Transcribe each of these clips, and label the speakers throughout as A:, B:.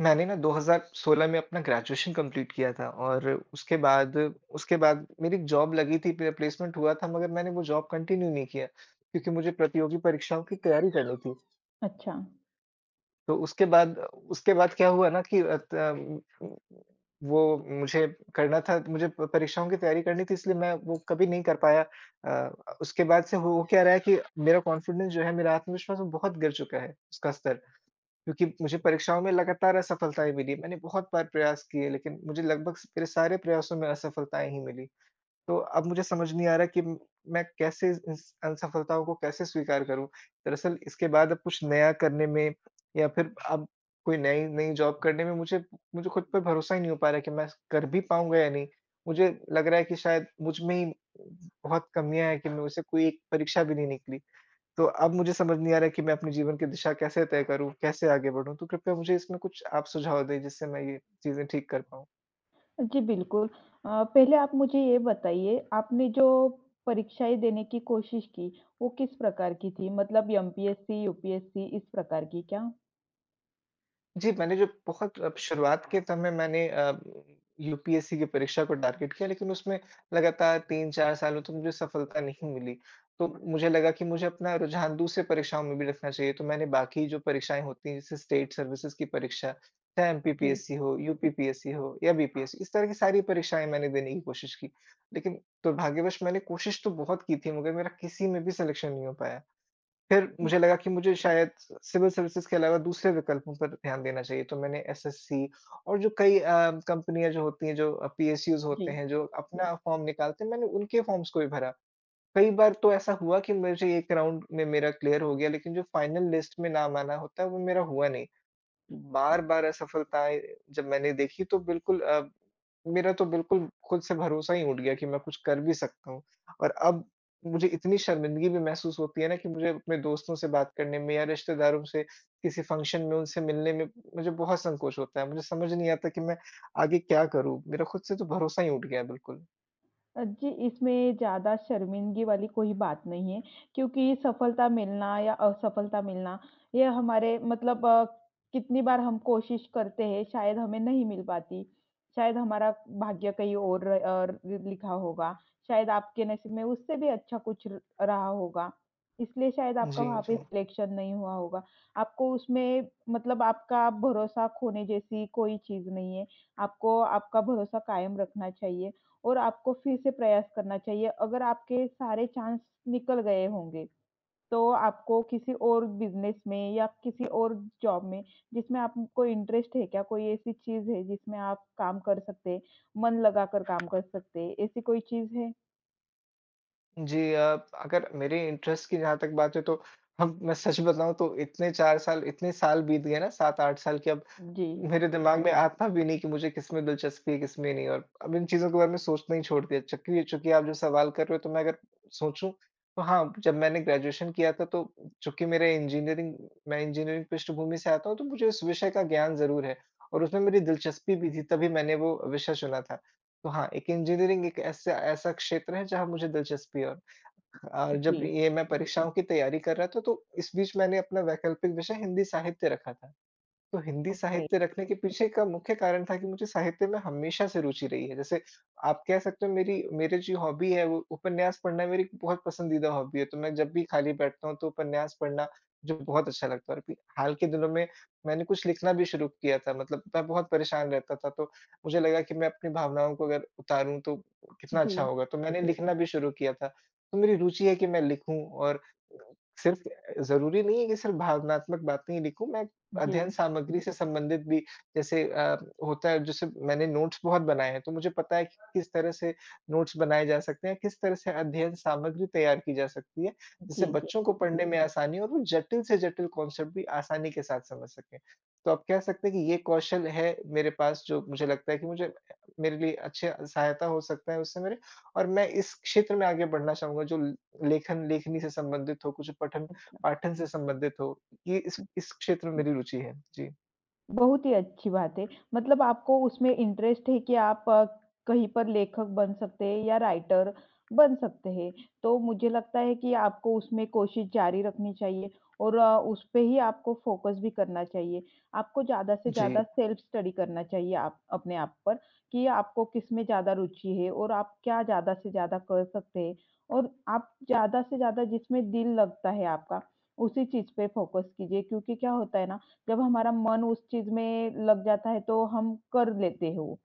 A: मैंने ना 2016 में अपना ग्रेजुएशन कंप्लीट किया था और उसके बाद मेरी जॉब लगी थी, प्लेसमेंट हुआ था मगर मैंने वो जॉब कंटिन्यू नहीं किया, क्योंकि मुझे प्रतियोगी परीक्षाओं की तैयारी करनी थी।
B: अच्छा,
A: तो उसके बाद क्या हुआ ना कि वो मुझे करना था, मुझे प परीक्षाओं की तैयारी करनी थी, इसलिए मैं वो कभी नहीं कर पाया। अ, उसके बाद से हो क्या रहा है कि मेरा कॉन्फिडेंस जो है, मेरा आत्मविश्वास वो बहुत गिर चुका है, उसका स्तर। क्योंकि मुझे परीक्षाओं में लगातार असफलताएँ मिली। मैंने बहुत बार प्रयास किए लेकिन मुझे लगभग स मेरे सारे प्रयासों में असफलताएँ ही मिली। तो अब मुझे समझ नहीं आ रहा कि म मैं कैसे इस असफलताओं को कैसे स्वीकार करूँ? दरअसल इसके बाद अब कुछ नया करने में या फिर अब कोई नई नई जॉब करने में मुझे मुझे खुद पे भरोसा ही नहीं हो पा रहा है कि मैं कर भी पाऊँगा या नहीं। मुझे लग रहा है कि शायद मुझ में ही बहुत कमियाँ हैं कि मुझसे कोई एक परीक्षा भी नहीं निकली। तो अब मुझे समझ नहीं आ रहा है कि मैं अपने जीवन की दिशा कैसे तय करूँ? कैसे आगे बढ़ूँ? तो कृपया मुझे इसमें कुछ आप सुझाव दें जिससे मैं ये चीज़ें ठीक कर पाऊँ।
B: जी बिल्कुल। पहले आप मुझे ये बताइए, आपने जो परीक्षाएँ देने की कोशिश की, वो किस प्रकार की थी? मतलब एमपीएससी, यूपीएससी इस प्रकार की क्या?
A: जी, मैंने जो बहुत शुरुआत के समय मैंने यूपीएससी की परीक्षा को टारगेट किया, लेकिन उसमें लगातार 3-4 सालों तक मुझे सफलता नहीं मिली। तो मुझे लगा कि मुझे अपना रुझान दूसरे परीक्षाओं में भी रखना चाहिए, तो मैंने बाकी जो परीक्षाएँ होती हैं, जैसे स्टेट सर्विसेज़ की परीक्षा, चाहे
B: जी।
A: एमपीपीएससी हो, यूपीपीएससी हो या बीपीएससी, इस तरह की सारी परीक्षाएँ मैंने देने की कोशिश की। लेकिन दुर्भाग्यवश मैंने कोशिश तो बहुत की थी, मगर मेरा किसी में भी सिलेक्शन नहीं हो पाया। फिर
B: उ,
A: मुझे लगा कि मुझे शायद सिविल सर्विसेज़ के अलावा दूसरे विकल्पों पर ध्यान देना चाहिए, तो मैंने एसएससी और जो कई कंपनियाँ जो होती हैं, जो पीएसयूज़
B: जी।
A: होते हैं, जो अपना फ़ॉर्म निकालते हैं, मैंने उनके फ़ॉर्म्स को भी भरा। कई बार तो ऐसा हुआ कि मुझे 1 राउंड में मेरा क्लियर हो गया, लेकिन जो फाइनल लिस्ट में नाम आना होता है, वो मेरा हुआ नहीं। बार-बार असफलताएँ जब मैंने देखी तो मेरा तो बिल्कुल खुद से भरोसा ही उठ गया कि मैं कुछ कर भी सकता हूँ। और अब मुझे इतनी शर्मिंदगी भी महसूस होती है ना कि मुझे अपने दोस्तों से बात करने में या रिश्तेदारों से किसी फ़ंक्शन में उनसे मिलने में मुझे बहुत संकोच होता है। मुझे समझ नहीं आता कि मैं आगे क्या करूँ? मेरा खुद से तो भरोसा ही उठ गया है बिल्कुल।
B: जी, इसमें ज़्यादा शर्मिंदगी वाली कोई बात नहीं है, क्योंकि सफलता मिलना या असफलता मिलना, ये हमारे मतलब कितनी बार हम कोशिश करते हैं, शायद हमें नहीं मिल पाती। शायद हमारा भाग्य कहीं और लिखा होगा, शायद आपके नसीब में उससे भी अच्छा कुछ र रहा होगा, इसलिए शायद आपका
A: जी,
B: वहाँ पे
A: जी।
B: सिलेक्शन नहीं हुआ होगा। आपको उसमें मतलब आपका भरोसा खोने जैसी कोई चीज़ नहीं है, आपको आपका भरोसा कायम रखना चाहिए। और आपको फिर से प्रयास करना चाहिए। अगर आपके सारे चांस निकल गए होंगे, तो आपको किसी और बिज़नेस में या किसी और जॉब में, जिसमें आपको इंटरेस्ट है क्या? कोई ऐसी चीज़ है जिसमें आप काम कर सकते हैं, मन लगाकर काम कर सकते हैं, ऐसी कोई चीज़ है?
A: जी, अगर मेरे इंटरेस्ट की जहाँ तक बात है तो हम मैं सच बताऊँ तो इतने साल बीत गए ना, 7-8 साल कि अब
B: जी,
A: मेरे दिमाग में आता भी नहीं कि मुझे किसमें दिलचस्पी है, किसमें नहीं और अब इन चीज़ों के बारे में सोचना ही छोड़ दिया। चूँकि चूँकि आप जो सवाल कर रहे हो तो मैं अगर सोचूँ तो हाँ, जब मैंने ग्रेजुएशन किया था तो चूँकि मेरे इंजीनियरिंग मैं इंजीनियरिंग पृष्ठभूमि से आता हूँ तो मुझे उस विषय का ज्ञान ज़रूर है और उसमें मेरी दिलचस्पी भी थी तभी मैंने वो विषय चुना था। तो हाँ, एक इंजीनियरिंग एक ऐसा ऐसा क्षेत्र है जहाँ मुझे दिलचस्पी है। और जब
B: जी,
A: ये मैं परीक्षाओं की तैयारी कर रहा था तो इस बीच मैंने अपना वैकल्पिक विषय हिंदी साहित्य रखा था। तो हिंदी
B: ओके।
A: साहित्य रखने के पीछे का मुख्य कारण था कि मुझे साहित्य में हमेशा से रुचि रही है। जैसे आप कह सकते हो, मेरी मेरी जो हॉबी है वो उपन्यास पढ़ना मेरी बहुत पसंदीदा हॉबी है। तो मैं जब भी खाली बैठता हूँ तो उपन्यास पढ़ना जो बहुत अच्छा लगता है। और अभी हाल के दिनों में मैंने कुछ लिखना भी शुरू किया था। मतलब मैं बहुत परेशान रहता था तो मुझे लगा कि मैं अपनी भावनाओं को अगर उतारूँ तो कितना अच्छा
B: जी,
A: होगा। तो मैंने लिखना भी शुरू किया था। तो मेरी रुचि है कि मैं लिखूँ और सिर्फ़ ज़रूरी नहीं है कि सिर्फ़ भावनात्मक बातें ही लिखूँ, मैं
B: जी,
A: अध्ययन सामग्री से संबंधित भी जैसे होता है, जैसे मैंने नोट्स बहुत बनाए हैं, तो मुझे पता है कि किस तरह से नोट्स बनाए जा सकते हैं, किस तरह से अध्ययन सामग्री तैयार की जा सकती है, जिससे
B: जी, जी,
A: बच्चों को पढ़ने में आसानी हो और वो जटिल से जटिल कॉन्सेप्ट भी आसानी के साथ समझ सकें। तो आप कह सकते हैं कि ये कौशल है मेरे पास जो मुझे लगता है कि मुझे मेरे लिए अच्छे सहायता हो सकता है उससे मेरे। और मैं इस क्षेत्र में आगे बढ़ना चाहूँगा जो लेखनी से संबंधित हो, कुछ पठन
B: अच्छा।
A: पाठन से संबंधित हो, ये इस क्षेत्र में मेरी रुचि है। जी।
B: बहुत ही अच्छी बात है। मतलब आपको उसमें इंटरेस्ट है कि आप कहीं पर लेखक बन सकते हैं या राइटर बन सकते हैं। तो मुझे लगता है कि आपको उसमें कोशिश जारी रखनी चाहिए और उसपे ही आपको फ़ोकस भी करना चाहिए। आपको ज़्यादा से
A: जी।
B: ज़्यादा सेल्फ स्टडी करना चाहिए आप अपने आप पर कि आपको किसमें ज़्यादा रुचि है और आप क्या ज़्यादा से ज़्यादा कर सकते हैं और आप ज़्यादा से ज़्यादा जिसमें दिल लगता है आपका, उसी चीज़ पे फ़ोकस कीजिए क्योंकि क्या होता है ना जब हमारा मन उस चीज़ में लग जाता है तो हम कर लेते हैं वो।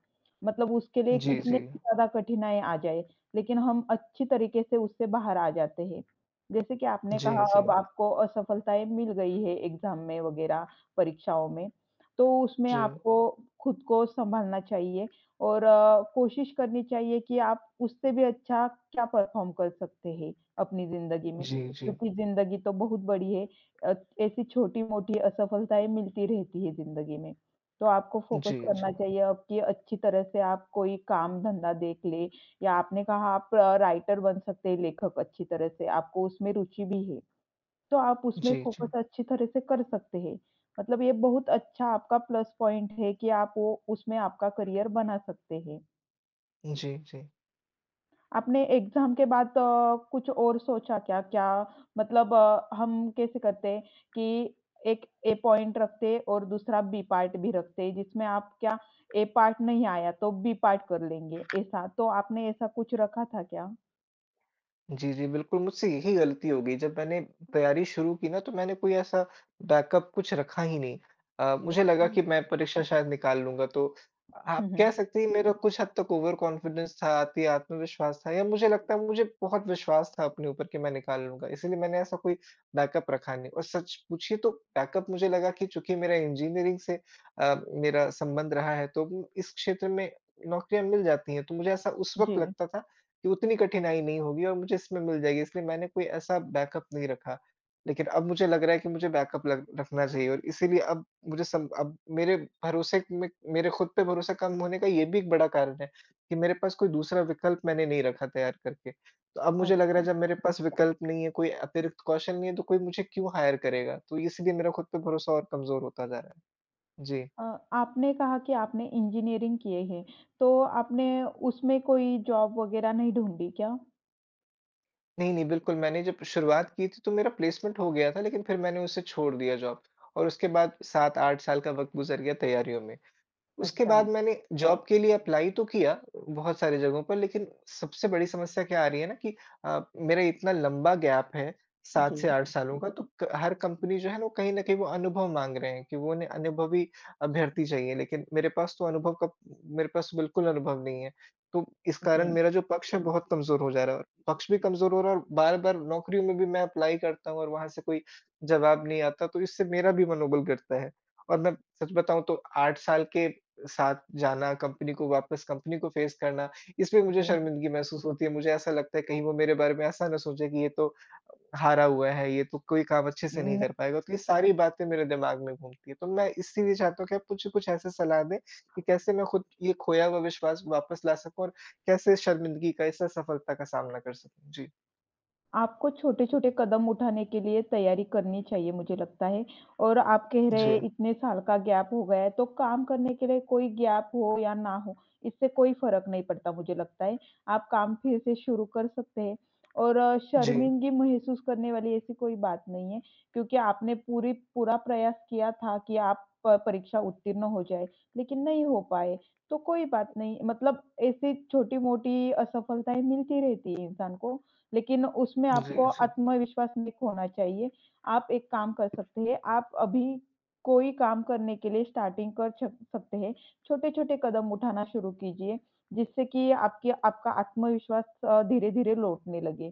B: मतलब उसके लिए
A: जी,
B: कितने
A: जी।
B: ज़्यादा कठिनाई आ जाए, लेकिन हम अच्छी तरीके से उससे बाहर आ जाते हैं। जैसे कि आपने
A: जी,
B: कहा
A: जी।
B: अब आपको असफलताएँ मिल गई है एग्ज़ाम में वग़ैरह परीक्षाओं में, तो उसमें
A: जी।
B: आपको खुद को सँभालना चाहिए और कोशिश करनी चाहिए कि आप उससे भी अच्छा क्या परफ़ॉर्म कर सकते हैं अपनी ज़िंदगी में।
A: जी, जी।
B: क्योंकि ज़िंदगी तो बहुत बड़ी है, अ, ऐसी छोटी-मोटी असफलताएँ मिलती रहती है ज़िंदगी में, तो आपको फ़ोकस
A: जी,
B: करना
A: जी।
B: चाहिए अब कि अच्छी तरह से आप कोई काम-धंधा देख लें या आपने कहा आप राइटर बन सकते हैं, लेखक अच्छी तरह से, आपको उसमें रुचि भी है, तो आप उसमें
A: जी, जी।
B: फ़ोकस अच्छी तरह से कर सकते हैं। मतलब ये बहुत अच्छा आपका प्लस पॉइंट है कि आप वो उसमें आपका करियर बना सकते हैं।
A: जी, जी।
B: आपने एग्ज़ाम के बाद कुछ और सोचा क्या? क्या मतलब हम कैसे करते कि एक ए पॉइंट रखते और दूसरा बी पार्ट भी रखते, जिसमें आप क्या ए पार्ट नहीं आया तो बी पार्ट कर लेंगे, ऐसा। तो आपने ऐसा कुछ रखा था क्या?
A: जी, जी, बिल्कुल, मुझसे यही गलती हो गई। जब मैंने तैयारी शुरू की ना तो मैंने कोई ऐसा बैकअप कुछ रखा ही नहीं। मुझे
B: ओके।
A: लगा कि मैं परीक्षा शायद निकाल लूँगा, तो
B: हुँ,
A: आप
B: हुँ।
A: कह सकते हैं मेरा कुछ हद तक ओवर कॉन्फिडेंस था, अति आत्मविश्वास था या मुझे लगता है मुझे बहुत विश्वास था अपने ऊपर कि मैं निकाल लूँगा, इसीलिए मैंने ऐसा कोई बैकअप रखा नहीं। और सच पूछिए तो बैकअप मुझे लगा कि चूँकि मेरा इंजीनियरिंग से मेरा संबंध रहा है तो इस क्षेत्र में नौकरियाँ मिल जाती हैं, तो मुझे ऐसा उस वक़्त
B: जी,
A: लगता था कि उतनी कठिनाई नहीं होगी और मुझे इसमें मिल जाएगी, इसलिए मैंने कोई ऐसा बैकअप नहीं रखा। लेकिन अब मुझे लग रहा है कि मुझे बैकअप लग रखना चाहिए और इसीलिए अब मुझे सम अब मेरे भरोसे में मेरे खुद पे भरोसा कम होने का ये भी एक बड़ा कारण है कि मेरे पास कोई दूसरा विकल्प मैंने नहीं रखा तैयार करके। तो अब मुझे लग रहा
B: अच्छा।
A: है जब मेरे पास विकल्प नहीं है, कोई अतिरिक्त कौशल नहीं है, तो कोई मुझे क्यों हायर करेगा? तो इसलिए मेरा खुद पे भरोसा और कमज़ोर होता जा रहा है। जी।
B: अ, आपने कहा कि आपने इंजीनियरिंग किए हैं, तो आपने उसमें कोई जॉब वगैरह नहीं ढूँढी क्या?
A: नहीं, नहीं, बिल्कुल मैंने जब शुरुआत की थी तो मेरा प्लेसमेंट हो गया था लेकिन फिर मैंने उसे छोड़ दिया जॉब और उसके बाद 7-8 साल का वक़्त गुज़र गया तैयारियों में। उसके
B: अच्छा,
A: बाद मैंने जॉब के लिए अप्लाई तो किया बहुत सारी जगहों पर, लेकिन सबसे बड़ी समस्या क्या आ रही है ना कि मेरा इतना लंबा गैप है
B: जी,
A: 7 से 8 सालों का, तो क हर कंपनी जो है ना वो कहीं न कहीं वो अनुभव माँग रहे हैं कि वो उन्हें अनुभवी अभ्यर्थी चाहिए, लेकिन मेरे पास बिल्कुल अनुभव नहीं है। तो इस कारण
B: जी,
A: मेरा जो पक्ष है बहुत कमज़ोर हो जा रहा है और पक्ष भी कमज़ोर हो रहा है और बार-बार नौकरियों में भी मैं अप्लाई करता हूँ और वहाँ से कोई जवाब नहीं आता, तो इससे मेरा भी मनोबल गिरता है। और मैं सच बताऊँ तो 8 साल के साथ जाना, कंपनी को फेस करना, इसमें मुझे
B: जी।
A: शर्मिंदगी महसूस होती है। मुझे ऐसा लगता है कहीं वो मेरे बारे में ऐसा ना सोचे कि ये तो हारा हुआ है, ये तो कोई काम अच्छे से नहीं कर पाएगा। तो ये सारी बातें मेरे दिमाग में घूमती हैं। तो मैं इसीलिए चाहता हूँ कि आप कुछ कुछ ऐसे सलाह दें कि कैसे मैं खुद ये खोया हुआ विश्वास वापस ला सकूँ और कैसे इस शर्मिंदगी का, इस असफलता का सामना कर सकूँ? जी,
B: आपको छोटे-छोटे कदम उठाने के लिए तैयारी करनी चाहिए मुझे लगता है और आप कह रहे
A: जी,
B: हैं इतने साल का गैप हो गया है, तो काम करने के लिए कोई गैप हो या ना हो, इससे कोई फ़र्क नहीं पड़ता मुझे लगता है। आप काम फिर से शुरू कर सकते हैं और
A: जी,
B: शर्मिंदगी महसूस करने वाली ऐसी कोई बात नहीं है क्योंकि आपने पूरी पूरा प्रयास किया था कि आप प परीक्षा उत्तीर्ण हो जाए, लेकिन नहीं हो पाए, तो कोई बात नहीं। मतलब ऐसी छोटी-मोटी असफलताएँ मिलती रहती है इंसान को, लेकिन उसमें आपको
A: जी,
B: आत्मविश्वास नहीं खोना चाहिए। आप एक काम कर सकते हैं, आप अभी कोई काम करने के लिए स्टार्टिंग कर छ सकते हैं। छोटे-छोटे कदम उठाना शुरू कीजिए, जिससे कि आपकी आपका आत्मविश्वास धीरे-धीरे लौटने लगे,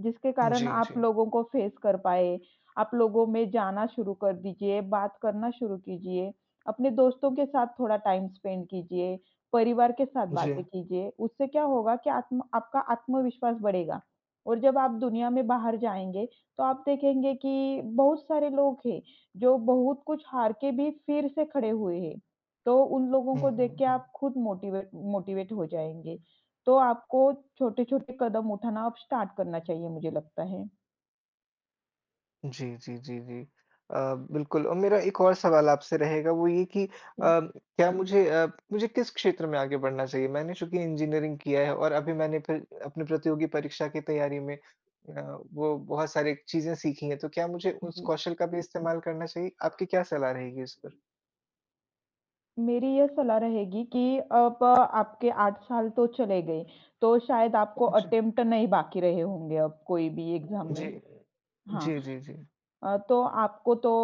B: जिसके
A: जी,
B: कारण
A: जी,
B: आप
A: जी।
B: लोगों को फेस कर पाएँ। आप लोगों में जाना शुरू कर दीजिए, बात करना शुरू कीजिए, अपने दोस्तों के साथ थोड़ा टाइम स्पेंड कीजिए, परिवार के साथ
A: जी।
B: बातें कीजिए। उससे क्या होगा कि आत्म आपका आत्मविश्वास बढ़ेगा। और जब आप दुनिया में बाहर जाएँगे, तो आप देखेंगे कि बहुत सारे लोग हैं, जो बहुत कुछ हार के भी फिर से खड़े हुए हैं। तो उन लोगों
A: हुँ,
B: को
A: हुँ,
B: देख के
A: हुँ।
B: आप खुद मोटिवेट मोटिवेट हो जाएँगे। तो आपको छोटे-छोटे कदम उठाना अब स्टार्ट करना चाहिए मुझे लगता है।
A: जी, जी, जी, जी। बिल्कुल और मेरा एक और सवाल आपसे रहेगा वो ये कि
B: जी,
A: क्या मुझे किस क्षेत्र में आगे बढ़ना चाहिए? मैंने चूँकि इंजीनियरिंग किया है और अभी मैंने फिर अपनी प्रतियोगी परीक्षा की तैयारी में वो बहुत सारी चीज़ें सीखी हैं, तो क्या मुझे उस
B: जी।
A: कौशल का भी इस्तेमाल करना चाहिए? आपकी क्या सलाह रहेगी इस पर?
B: मेरी ये सलाह रहेगी कि अब आपके 8 साल तो चले गए, तो शायद आपको
A: जी,
B: अटेम्प्ट नहीं बाकी रहे होंगे अब कोई भी एग्ज़ाम में। हाँ।
A: जी, जी, जी।
B: तो आपको तो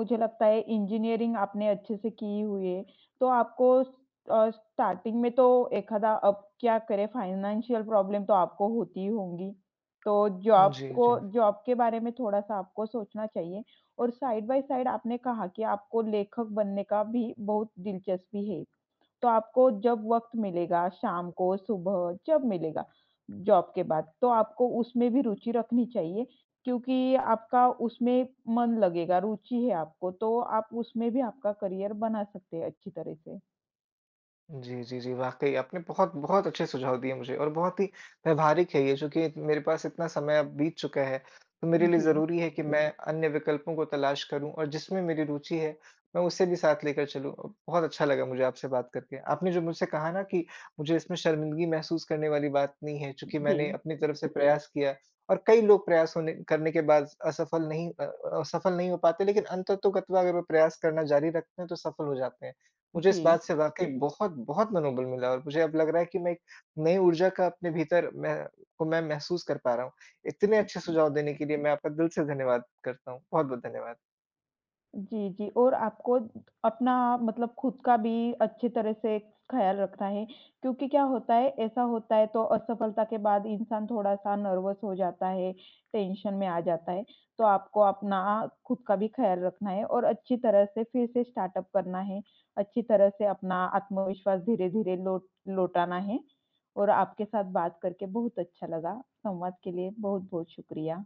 B: मुझे लगता है इंजीनियरिंग आपने अच्छे से की हुई है, तो आपको स्टार्टिंग में तो एखादा अब क्या करें फाइनेंशियल प्रॉब्लम तो आपको होती ही होंगी। तो जॉब
A: जी, जी।
B: को
A: जी,
B: जॉब के बारे में थोड़ा-सा आपको सोचना चाहिए और साइड बाय साइड आपने कहा कि आपको लेखक बनने का भी बहुत दिलचस्पी है। तो आपको जब वक़्त मिलेगा, शाम को, सुबह, जब मिलेगा जॉब के बाद, तो आपको उसमें भी रुचि रखनी चाहिए क्योंकि आपका उसमें मन लगेगा, रुचि है आपको, तो आप उसमें भी आपका करियर बना सकते हैं अच्छी तरह से।
A: जी, जी, जी। वाक़ई आपने बहुत, बहुत अच्छे सुझाव दिए मुझे और बहुत ही व्यावहारिक है ये। चूँकि मेरे पास इतना समय अब बीत चुका है, तो मेरे लिए
B: जी,
A: ज़रूरी है कि मैं अन्य विकल्पों को तलाश करूँ और जिसमें मेरी रुचि है, मैं उसे भी साथ लेकर चलूँ। बहुत अच्छा लगा मुझे आपसे बात करके। आपने जो मुझसे कहा ना कि मुझे इसमें शर्मिंदगी महसूस करने वाली बात नहीं है चूँकि मैंने
B: जी,
A: अपनी तरफ से प्रयास किया और कई लोग प्रयास होने करने के बाद असफल नहीं अ अ, सफल नहीं हो पाते लेकिन अंततोगत्वा अगर वो प्रयास करना जारी रखते हैं, तो सफल हो जाते हैं। मुझे
B: जी।
A: इस बात से वाक़ई जी। बहुत, बहुत मनोबल मिला और मुझे अब लग रहा है कि मैं एक नई ऊर्जा का अपने भीतर मैं को मैं महसूस कर पा रहा हूँ। इतने अच्छे सुझाव देने के लिए मैं आपका दिल से धन्यवाद करता हूँ। बहुत-बहुत धन्यवाद।
B: जी, जी और आपको अपना मतलब खुद का भी अच्छी तरह से ख़्याल रखना है, क्योंकि क्या होता है, ऐसा होता है तो असफलता के बाद इंसान थोड़ा-सा नर्वस हो जाता है, टेंशन में आ जाता है। तो आपको अपना खुद का भी ख़्याल रखना है और अच्छी तरह से फिर से स्टार्टअप करना है, अच्छी तरह से अपना आत्मविश्वास धीरे-धीरे लौटाना है और आपके साथ बात करके बहुत अच्छा लगा। संवाद के लिए बहुत-बहुत शुक्रिया।